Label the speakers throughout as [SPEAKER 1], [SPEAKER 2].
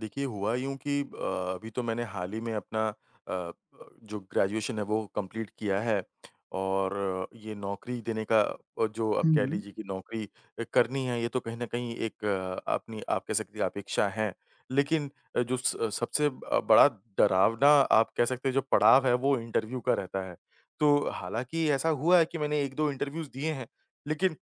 [SPEAKER 1] देखिए, हुआ यूँ कि अभी तो मैंने हाल ही में अपना अ, जो ग्रेजुएशन है वो कंप्लीट किया है और ये नौकरी देने का जो आप
[SPEAKER 2] हुँ,
[SPEAKER 1] कह लीजिए कि नौकरी करनी है ये तो कहीं न कहीं एक अपनी आप कह सकते हैं अपेक्षा है। लेकिन जो स सबसे बड़ा डरावना आप कह सकते हैं जो पड़ाव है वो इंटरव्यू का रहता है। तो हालाँकि ऐसा हुआ है कि मैंने 1-2 इंटरव्यूज़ दिए हैं, लेकिन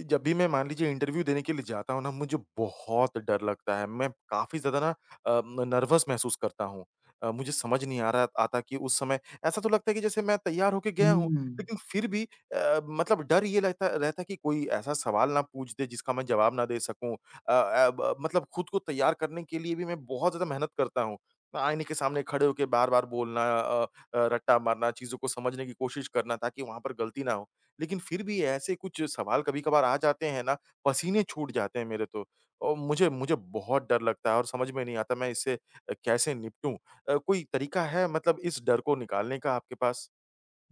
[SPEAKER 1] जब भी मैं मान लीजिए इंटरव्यू देने के लिए जाता हूँ ना मुझे बहुत डर लगता है। मैं काफ़ी ज़्यादा ना अ, म नर्वस महसूस करता हूँ। मुझे समझ नहीं आ रहा आता कि उस समय ऐसा तो लगता है कि जैसे मैं तैयार होके गया हूँ,
[SPEAKER 2] हुँ।
[SPEAKER 1] लेकिन फिर भी मतलब डर ये रहता रहता है कि कोई ऐसा सवाल ना पूछ दे जिसका मैं जवाब ना दे सकूँ। अ अ, ब मतलब खुद को तैयार करने के लिए भी मैं बहुत ज़्यादा मेहनत करता हूँ। आईने के सामने खड़े होके बार-बार बोलना, रट्टा मारना, चीज़ों को समझने की कोशिश करना ताकि वहाँ पर गलती ना हो। लेकिन फिर भी ऐसे कुछ सवाल कभी-कभार आ जाते हैं ना, पसीने छूट जाते हैं मेरे तो। और मुझे मुझे बहुत डर लगता है और समझ में नहीं आता मैं इससे कैसे निपटूँ? कोई तरीका है मतलब इस डर को निकालने का आपके पास?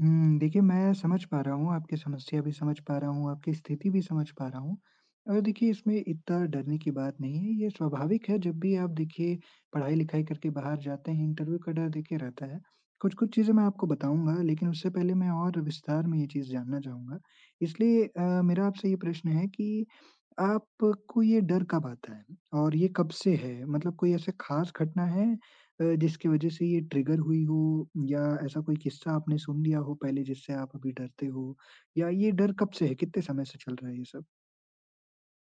[SPEAKER 2] देखिए मैं समझ पा रहा हूँ, आपकी समस्या भी समझ पा रहा हूँ, आपकी स्थिति भी समझ पा रहा हूँ। और देखिए इसमें इतना डरने की बात नहीं है, ये स्वाभाविक है जब भी आप देखिए पढ़ाई-लिखाई करके बाहर जाते हैं, इंटरव्यू का डर देखिए रहता है। कुछ-कुछ चीज़ें मैं आपको बताऊँगा, लेकिन उससे पहले मैं और विस्तार में ये चीज़ जानना चाहूँगा। इसलिए मेरा आपसे ये प्रश्न है कि आपको ये डर कब आता है? और ये कब से है? मतलब कोई ऐसे खास घटना है? जिसकी वजह से ये ट्रिगर हुई हो या ऐसा कोई किस्सा आपने सुन लिया हो पहले जिससे आप अभी डरते हो? या ये डर कब से है? कितने समय से चल रहा है ये सब?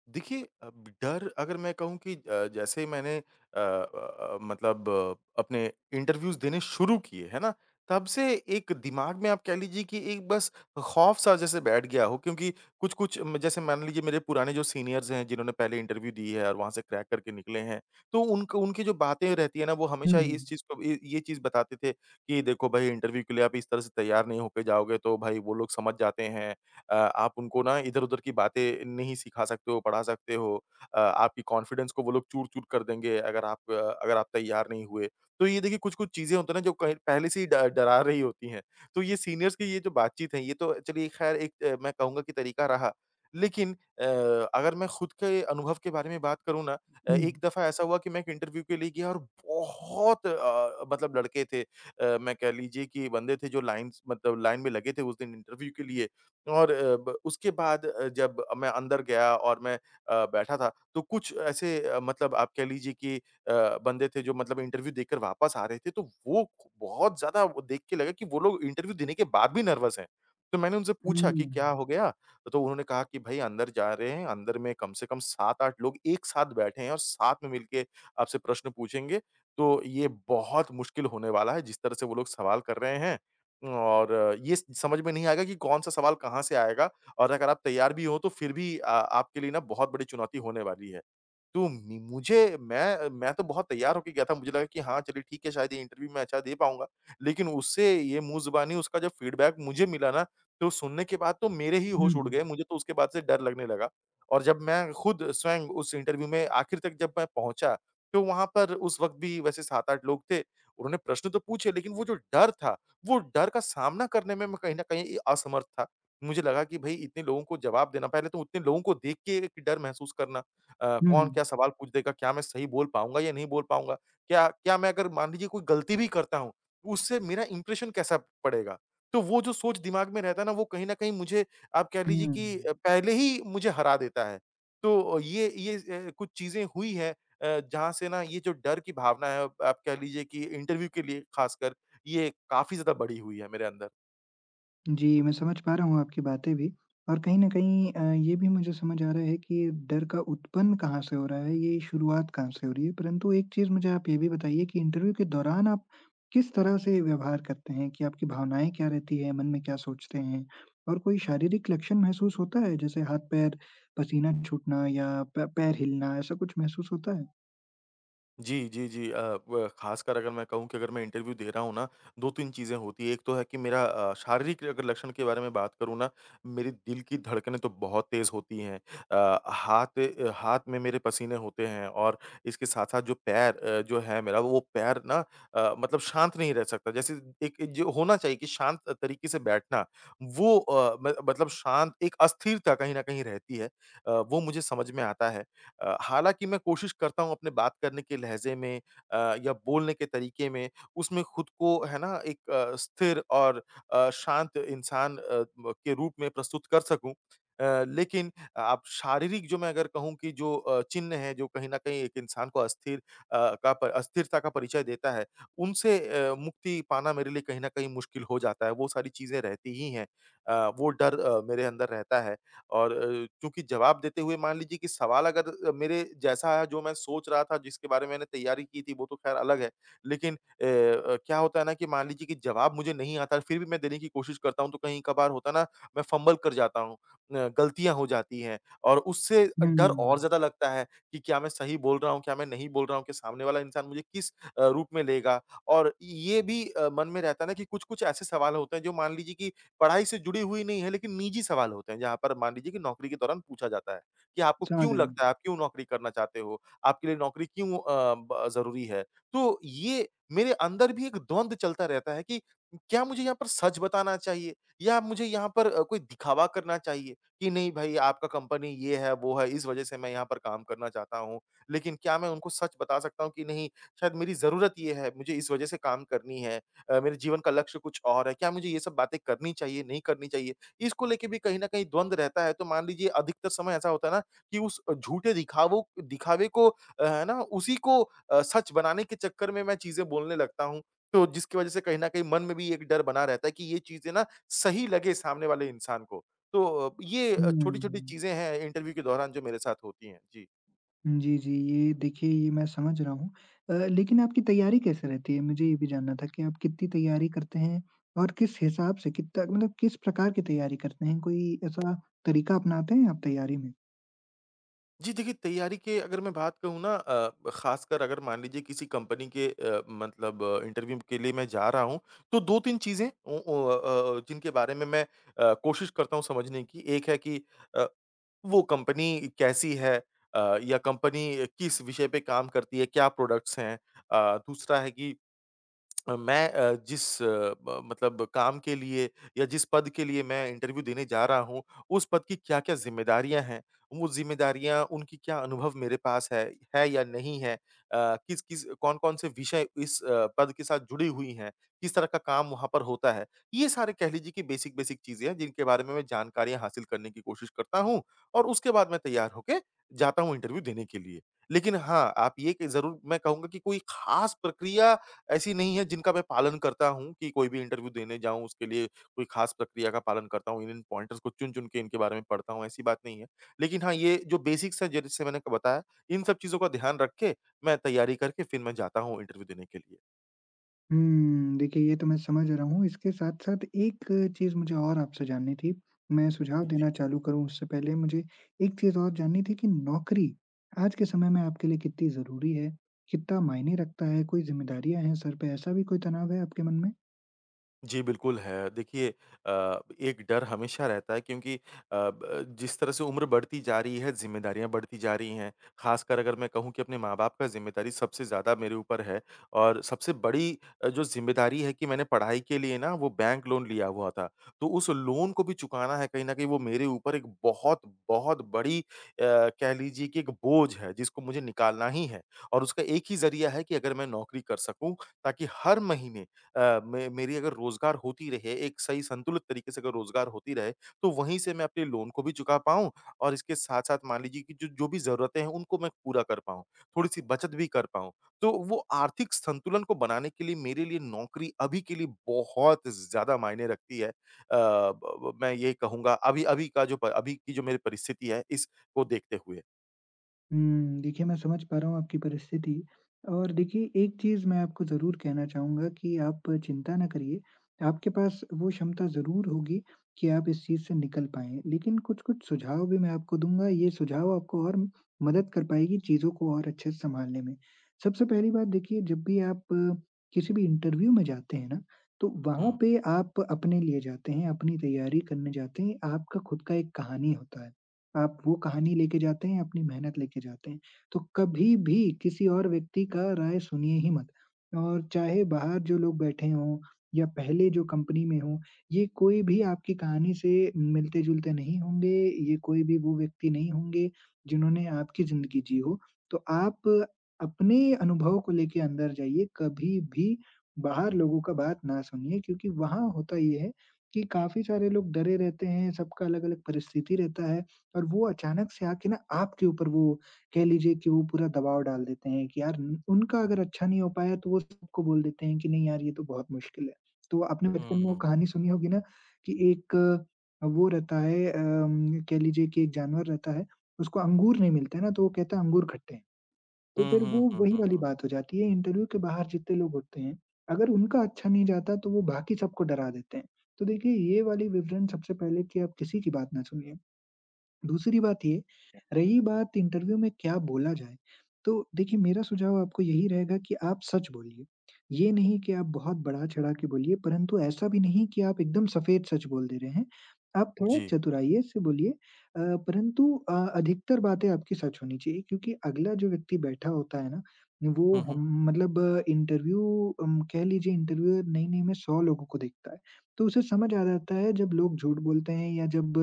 [SPEAKER 1] देखिए, अब डर अगर मैं कहूँ कि जैसे ही मैंने अपने इंटरव्यूज़ देने शुरू किए, है ना? तब से एक दिमाग में आप कह लीजिए कि एक बस खौफ़-सा जैसे बैठ गया हो क्योंकि कुछ-कुछ म जैसे मान लीजिए मेरे पुराने जो सीनियर्स हैं, जिन्होंने पहले इंटरव्यू दी है और वहाँ से क्रैक करके निकले हैं, तो उनकी जो बातें रहती है ना, वो हमेशा
[SPEAKER 2] हुँ,
[SPEAKER 1] इस चीज़ को ये चीज़ बताते थे कि देखो भाई इंटरव्यू के लिए आप इस तरह से तैयार नहीं होके जाओगे, तो भाई वो लोग समझ जाते हैं। आप उनको ना इधर-उधर की बातें नहीं सिखा सकते हो, पढ़ा सकते हो। आपकी कॉन्फिडेंस को वो लोग चूर-चूर कर देंगे अगर आप तैयार नहीं हुए। तो ये देखिए कुछ-कुछ चीज़ें होती है ना जो कहीं पहले से ही ड डरा रही होती हैं। तो ये सीनियर्स की ये जो बातचीत है ये तो चलिए ख़ैर एक, मैं कहूँगा कि तरीका रहा। लेकिन अगर मैं खुद के अनुभव के बारे में बात करूँ ना,
[SPEAKER 2] हुँ,
[SPEAKER 1] एक दफ़ा ऐसा हुआ कि मैं एक इंटरव्यू के लिए गया और बहुत मतलब लड़के थे। मैं कह लीजिए कि बंदे थे जो लाइन्स मतलब लाइन में लगे थे उस दिन इंटरव्यू के लिए। और अ, ब उसके बाद जब मैं अंदर गया और मैं बैठा था, तो कुछ ऐसे मतलब आप कह लीजिए कि बंदे थे जो मतलब इंटरव्यू देकर वापस आ रहे थे, तो वो बहुत ज़्यादा वो देख के लगा कि वो लोग इंटरव्यू देने के बाद भी नर्वस हैं। तो मैंने उनसे पूछा कि
[SPEAKER 2] हुँ,
[SPEAKER 1] क्या हो गया? तो उन्होंने कहा कि भई अंदर जा रहे हैं, अंदर में कम से कम 7-8 लोग एक साथ बैठे हैं और साथ में मिलके आपसे प्रश्न पूछेंगे, तो ये बहुत मुश्किल होने वाला है जिस तरह से वो लोग सवाल कर रहे हैं। और ये स समझ में नहीं आएगा कि कौन-सा सवाल कहाँ से आएगा और अगर आप तैयार भी हो तो फिर भी आपके लिए ना बहुत बड़ी चुनौती होने वाली है। तो मि मुझे मैं तो बहुत तैयार होके गया था, मुझे लगा कि हाँ, चलिए ठीक है शायद ये इंटरव्यू मैं अच्छा दे पाऊँगा। लेकिन उससे ये मुँहज़ुबानी उसका जब फीडबैक मुझे मिला ना, तो सुनने के बाद तो मेरे ही होश उड़
[SPEAKER 2] हुँ,
[SPEAKER 1] गए, मुझे तो उसके बाद से डर लगने लगा। और जब मैं खुद स्वयं उस इंटरव्यू में आखिर तक जब मैं पहुँचा, तो वहाँ पर उस वक़्त भी वैसे 7-8 लोग थे। उन्होंने प्रश्न तो पूछे लेकिन वो जो डर था, वो डर का सामना करने में मैं कहीं न कहीं असमर्थ था। मुझे लगा कि भई इतने लोगों को जवाब देना, पहले तो उतने लोगों को देख के एक डर महसूस करना।
[SPEAKER 2] हुँ,
[SPEAKER 1] कौन क्या सवाल पूछ देगा? क्या मैं सही बोल पाऊँगा या नहीं बोल पाऊँगा? क्या क्या मैं अगर मान लीजिए कोई गलती भी करता हूँ, तो उससे मेरा इंप्रेशन कैसा पड़ेगा? तो वो जो सोच दिमाग में रहता है ना, वो कहीं न कहीं मुझे आप कह लीजिए
[SPEAKER 2] हुँ।
[SPEAKER 1] कि पहले ही मुझे हरा देता है। तो ये कुछ चीज़ें हुई हैं, जहाँ से ना ये जो डर की भावना है, आप कह लीजिए कि इंटरव्यू के लिए खासकर, ये काफ़ी ज़्यादा बढ़ी हुई है मेरे अंदर।
[SPEAKER 2] जी, मैं समझ पा रहा हूँ आपकी बातें भी और कहीं न कहीं ये भी मुझे समझ आ रहा है कि डर का उत्पन्न कहाँ से हो रहा है, ये शुरुआत कहाँ से हो रही है। परंतु एक चीज़ मुझे आप ये भी बताइए कि इंटरव्यू के दौरान आप किस तरह से व्यवहार करते हैं कि आपकी भावनाएँ क्या रहती हैं, मन में क्या सोचते हैं? और कोई शारीरिक लक्षण महसूस होता है जैसे हाथ-पैर, पसीना छूटना या प पैर हिलना ऐसा कुछ महसूस होता है?
[SPEAKER 1] जी, जी, जी। अ, ब ख़ासकर अगर मैं कहूँ कि अगर मैं इंटरव्यू दे रहा हूँ ना, 2-3 चीज़ें होती हैं। एक तो है कि मेरा शारीरिक अगर लक्षण के बारे में बात करूँ ना, मेरे दिल की धड़कनें तो बहुत तेज़ होती हैं। हाथ में मेरे पसीने होते हैं और इसके साथ-साथ जो पैर जो है मेरा, वो पैर ना मतलब शांत नहीं रह सकता। जैसे एक एक जो होना चाहिए कि शांत तरीके से बैठना, वो अ, म मतलब शांत एक अस्थिरता कहीं न कहीं रहती है। वो मुझे समझ में आता है। हालाँकि मैं कोशिश करता हूँ अपने बात करने के लहज़े में अ, या बोलने के तरीके में, उसमें खुद को है ना एक स्थिर और शांत इंसान अ, म के रूप में प्रस्तुत कर सकूँ। लेकिन आप शारीरिक जो मैं अगर कहूँ कि जो चिन्ह हैं, जो कहीं न कहीं एक इंसान को अस्थिरता का परिचय देता है, उनसे मुक्ति पाना मेरे लिए कहीं न कहीं मुश्किल हो जाता है। वो सारी चीज़ें रहती ही हैं। वो डर मेरे अंदर रहता है। और चूँकि जवाब देते हुए मान लीजिए कि सवाल अगर मेरे जैसा है जो मैं सोच रहा था, जिसके बारे में मैंने तैयारी की थी वो तो ख़ैर अलग है। लेकिन क्या होता है ना कि मान लीजिए कि जवाब मुझे नहीं आता फिर भी मैं देने की कोशिश करता हूँ तो कहीं कभार होता है ना मैं फ़म्बल कर जाता हूँ। गलतियाँ हो जाती हैं और उससे डर
[SPEAKER 2] हुँ,
[SPEAKER 1] और ज़्यादा लगता है कि क्या मैं सही बोल रहा हूँ, क्या मैं नहीं बोल रहा हूँ, कि सामने वाला इंसान मुझे किस रूप में लेगा? और ये भी मन में रहता है ना कि कुछ-कुछ ऐसे सवाल होते हैं जो मान लीजिए कि पढ़ाई से जुड़ी हुई नहीं है लेकिन निजी सवाल होते हैं, जहाँ पर मान लीजिए कि नौकरी के दौरान पूछा जाता है, कि आपको
[SPEAKER 2] समझ
[SPEAKER 1] क्यों
[SPEAKER 2] रहा हूँ।
[SPEAKER 1] लगता है आप क्यों नौकरी करना चाहते हो? आपके लिए नौकरी क्यों अ, ब ज़रूरी है? तो ये मेरे अंदर भी एक द्वंद चलता रहता है कि क्या मुझे यहाँ पर सच बताना चाहिए या मुझे यहाँ पर कोई दिखावा करना चाहिए कि नहीं भाई आपका कंपनी ये है, वो है, इस वज़ह से मैं यहाँ पर काम करना चाहता हूँ। लेकिन क्या मैं उनको सच बता सकता हूँ कि नहीं शायद मेरी ज़रूरत ये है, मुझे इस वज़ह से काम करनी है। मेरे जीवन का लक्ष्य कुछ और है, क्या मुझे ये सब बातें करनी चाहिए, नहीं करनी चाहिए? इसको लेके भी कहीं न कहीं द्वंद रहता है। तो मान लीजिए अधिकतर समय ऐसा होता है ना कि उस झूठे दिखावों दिखावे को है ना उसी को सच बनाने के चक्कर में मैं चीज़ें बोलने लगता हूँ। तो जिसकी वज़ह से कहीं न कहीं मन में भी एक डर बना रहता है कि ये चीज़ें ना सही लगे सामने वाले इंसान को। तो ये
[SPEAKER 2] हुँ।
[SPEAKER 1] छोटी-छोटी चीज़ें हैं इंटरव्यू के दौरान जो मेरे साथ होती हैं। जी।
[SPEAKER 2] जी, जी। ये देखिए ये मैं समझ रहा हूँ, लेकिन आपकी तैयारी कैसे रहती है? मुझे ये भी जानना था कि आप कितनी तैयारी करते हैं? और किस हिसाब से कितना मतलब किस प्रकार की तैयारी करते हैं? कोई ऐसा तरीका अपनाते हैं आप तैयारी में?
[SPEAKER 1] जी, देखिए तैयारी के अगर मैं बात कहूँ ना ख़ासकर अगर मान लीजिए किसी कंपनी के मतलब इंटरव्यू के लिए मैं जा रहा हूँ, तो 2-3 चीज़ें ओ ओ अ, जिनके बारे में मैं कोशिश करता हूँ समझने की। एक है कि अ, वो कंपनी कैसी है, या कंपनी किस विषय पे काम करती है, क्या प्रोडक्ट्स हैं। दूसरा है कि मैं जिस अ, ब मतलब काम के लिए या जिस पद के लिए मैं इंटरव्यू देने जा रहा हूँ, उस पद की क्या-क्या ज़िम्मेदारियाँ हैं? वो ज़िम्मेदारियाँ उनकी क्या अनुभव मेरे पास है या नहीं है? किस-किस कौन-कौन से विषय इस पद के साथ जुड़ी हुई हैं? किस तरह का काम वहाँ पर होता है? ये सारे कह लीजिए कि बेसिक-बेसिक चीज़ें हैं, जिनके बारे में मैं जानकारियाँ हासिल करने की कोशिश करता हूँ और उसके बाद मैं तैयार होके जाता हूँ इंटरव्यू देने के लिए। लेकिन हाँ, आप ये कि ज़रूर मैं कहूँगा कि कोई ख़ास प्रक्रिया ऐसी नहीं है जिनका मैं पालन करता हूँ कि कोई भी इंटरव्यू देने जाऊँ उसके लिए कोई खास प्रक्रिया का पालन करता हूँ, इन-इन पॉइंटर्स को चुन-चुन के इनके बारे में पढ़ता हूँ, ऐसी बात नहीं है। लेकिन हाँ, ये जो बेसिक्स हैं जैसे मैंने बताया, इन सब चीज़ों का ध्यान रख के मैं तैयारी करके फिर मैं जाता हूँ इंटरव्यू देने के लिए।
[SPEAKER 2] देखिए ये तो मैं समझ रहा हूँ। इसके साथ-साथ एक चीज़ मुझे और आपसे जाननी थी। मैं सुझाव
[SPEAKER 1] जी।
[SPEAKER 2] देना चालू करूँ उससे पहले मुझे एक चीज़ और जाननी थी कि नौकरी आज के समय में आपके लिए कितनी ज़रूरी है? कितना मायने रखता है? कोई ज़िम्मेदारियाँ हैं सर पे, ऐसा भी कोई तनाव है आपके मन में?
[SPEAKER 1] जी, बिल्कुल है। देखिए एक डर हमेशा रहता है क्योंकि अ, ब जिस तरह से उम्र बढ़ती जा रही है, ज़िम्मेदारियाँ बढ़ती जा रही हैं, ख़ासकर अगर मैं कहूँ कि अपने माँ-बाप का ज़िम्मेदारी सबसे ज़्यादा मेरे ऊपर है और सबसे बड़ी जो ज़िम्मेदारी है कि मैंने पढ़ाई के लिए ना वो बैंक लोन लिया हुआ था। तो उस लोन को भी चुकाना है कहीं न कहीं वो मेरे ऊपर एक बहुत, बहुत बड़ी, कह लीजिए कि एक बोझ है जिसको मुझे निकालना ही है और उसका एक ही ज़रिया है कि अगर मैं नौकरी कर सकूँ ताकि हर महीने अ, मे मेरी अगर रोज़गार होती रहे, एक सही संतुलित तरीके से अगर रोज़गार होती रहे, तो वहीं से मैं अपने लोन को भी चुका पाऊँ और इसके साथ-साथ मान लीजिए कि जो जो भी ज़रूरतें हैं, उनको मैं पूरा कर पाऊँ, थोड़ी-सी बचत भी कर पाऊँ। तो वो आर्थिक संतुलन को बनाने के लिए मेरे लिए नौकरी अभी के लिए बहुत ज़्यादा मायने रखती है। अ, ब ब मैं ये कहूँगा अभी अभी का जो प अभी की जो मेरी परिस्थिति है, इसको देखते हुए।
[SPEAKER 2] देखिए मैं समझ पा रहा हूँ आपकी परिस्थिति, और देखिए एक चीज़ मैं आपको ज़रूर कहना चाहूँगा कि आप चिंता ना करिए, आपके पास वो क्षमता ज़रूर होगी कि आप इस चीज़ से निकल पाएँ। लेकिन कुछ-कुछ सुझाव भी मैं आपको दूँगा, ये सुझाव आपको और मदद कर पाएगी चीज़ों को और अच्छे से सँभालने में। सबसे पहली बात देखिए, जब भी आप किसी भी इंटरव्यू में जाते हैं ना, तो वहाँ
[SPEAKER 1] हुँ।
[SPEAKER 2] पे आप अपने लिए जाते हैं, अपनी तैयारी करने जाते हैं, आपका खुद का एक कहानी होता है। आप वो कहानी लेके जाते हैं, अपनी मेहनत लेके जाते हैं। तो कभी भी किसी और व्यक्ति का राय सुनिए ही मत, और चाहे बाहर जो लोग बैठे हों या पहले जो कंपनी में हों, ये कोई भी आपकी कहानी से मिलते-जुलते नहीं होंगे, ये कोई भी वो व्यक्ति नहीं होंगे जिन्होंने आपकी ज़िंदगी जी हो। तो आप अपने अनुभव को लेके अंदर जाइए, कभी भी बाहर लोगों का बात ना सुनिए, क्योंकि वहाँ होता ये है कि काफ़ी सारे लोग डरे रहते हैं, सबका अलग-अलग परिस्थिति रहता है। और वो अचानक से आके ना आपके ऊपर वो कह लीजिए कि वो पूरा दबाव डाल देते हैं कि यार उन उनका अगर अच्छा नहीं हो पाया तो वो सबको बोल देते हैं कि नहीं यार ये तो बहुत मुश्किल है। तो आपने बचपन में वो
[SPEAKER 1] हुँ।
[SPEAKER 2] कहानी सुनी होगी ना, कि एक वो रहता है, कह लीजिए कि एक जानवर रहता है, उसको अंगूर नहीं मिलते ना तो वो कहता है अंगूर खट्टे हैं। तो
[SPEAKER 1] हुँ,
[SPEAKER 2] फिर
[SPEAKER 1] हुँ,
[SPEAKER 2] वो
[SPEAKER 1] हुँ, हुँ,
[SPEAKER 2] वही
[SPEAKER 1] हुँ,
[SPEAKER 2] वाली
[SPEAKER 1] हुँ।
[SPEAKER 2] बात हो जाती है, इंटरव्यू के बाहर जितने लोग होते हैं, अगर उनका अच्छा नहीं जाता तो वो बाकी सबको डरा देते हैं। तो देखिए ये वाली विवरण सबसे पहले, कि आप किसी की बात ना सुनिए। दूसरी बात ये, रही बात इंटरव्यू में क्या बोला जाए, तो देखिए मेरा सुझाव आपको यही रहेगा कि आप सच बोलिए। ये नहीं कि आप बहुत बढ़ा-चढ़ा के बोलिए, परंतु ऐसा भी नहीं कि आप एकदम सफेद सच बोल दे रहे हैं। आप थोड़ा
[SPEAKER 1] जी।
[SPEAKER 2] चतुराई से बोलिए, अ, परंतु अधिकतर बातें आपकी सच होनी चाहिए, क्योंकि अगला जो व्यक्ति बैठा होता है ना, वो
[SPEAKER 1] हुँ, हुँ,
[SPEAKER 2] हम मतलब इंटरव्यू कह लीजिए इंटरव्यूअर नई-नई में 100 लोगों को देखता है। तो उसे समझ आ जाता है जब लोग झूठ बोलते हैं या जब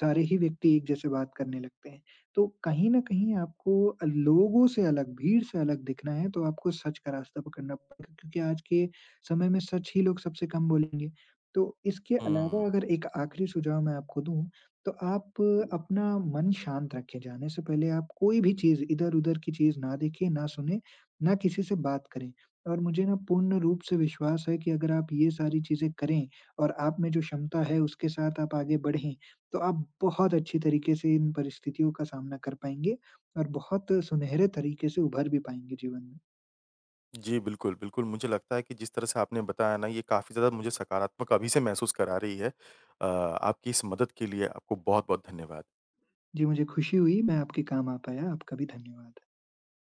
[SPEAKER 2] सारे ही व्यक्ति एक जैसे बात करने लगते हैं। तो कहीं न कहीं आपको लोगों से अलग, भीड़ से अलग दिखना है, तो आपको सच का रास्ता पकड़ना पड़ेगा, क्योंकि आज के समय में सच ही लोग सबसे कम बोलेंगे। तो इसके
[SPEAKER 1] हुँ।
[SPEAKER 2] अलावा अगर एक आखिरी सुझाव मैं आपको दूँ, तो आप अपना मन शांत रखें, जाने से पहले आप कोई भी चीज़ इधर-उधर की चीज़ ना देखें, ना सुनें, ना किसी से बात करें। और मुझे ना पूर्ण रूप से विश्वास है कि अगर आप ये सारी चीज़ें करें और आप में जो क्षमता है उसके साथ आप आगे बढ़ें, तो आप बहुत अच्छी तरीके से इन परिस्थितियों का सामना कर पाएँगे और बहुत सुनहरे तरीके से उभर भी पाएँगे जीवन में।
[SPEAKER 1] जी, बिल्कुल, बिल्कुल। मुझे लगता है कि जिस तरह से आपने बताया ना, ये काफ़ी ज़्यादा मुझे सकारात्मक अभी से महसूस करा रही है। आपकी इस मदद के लिए आपको बहुत-बहुत धन्यवाद।
[SPEAKER 2] जी, मुझे खुशी हुई मैं आपके काम आ पाया। आपका भी धन्यवाद।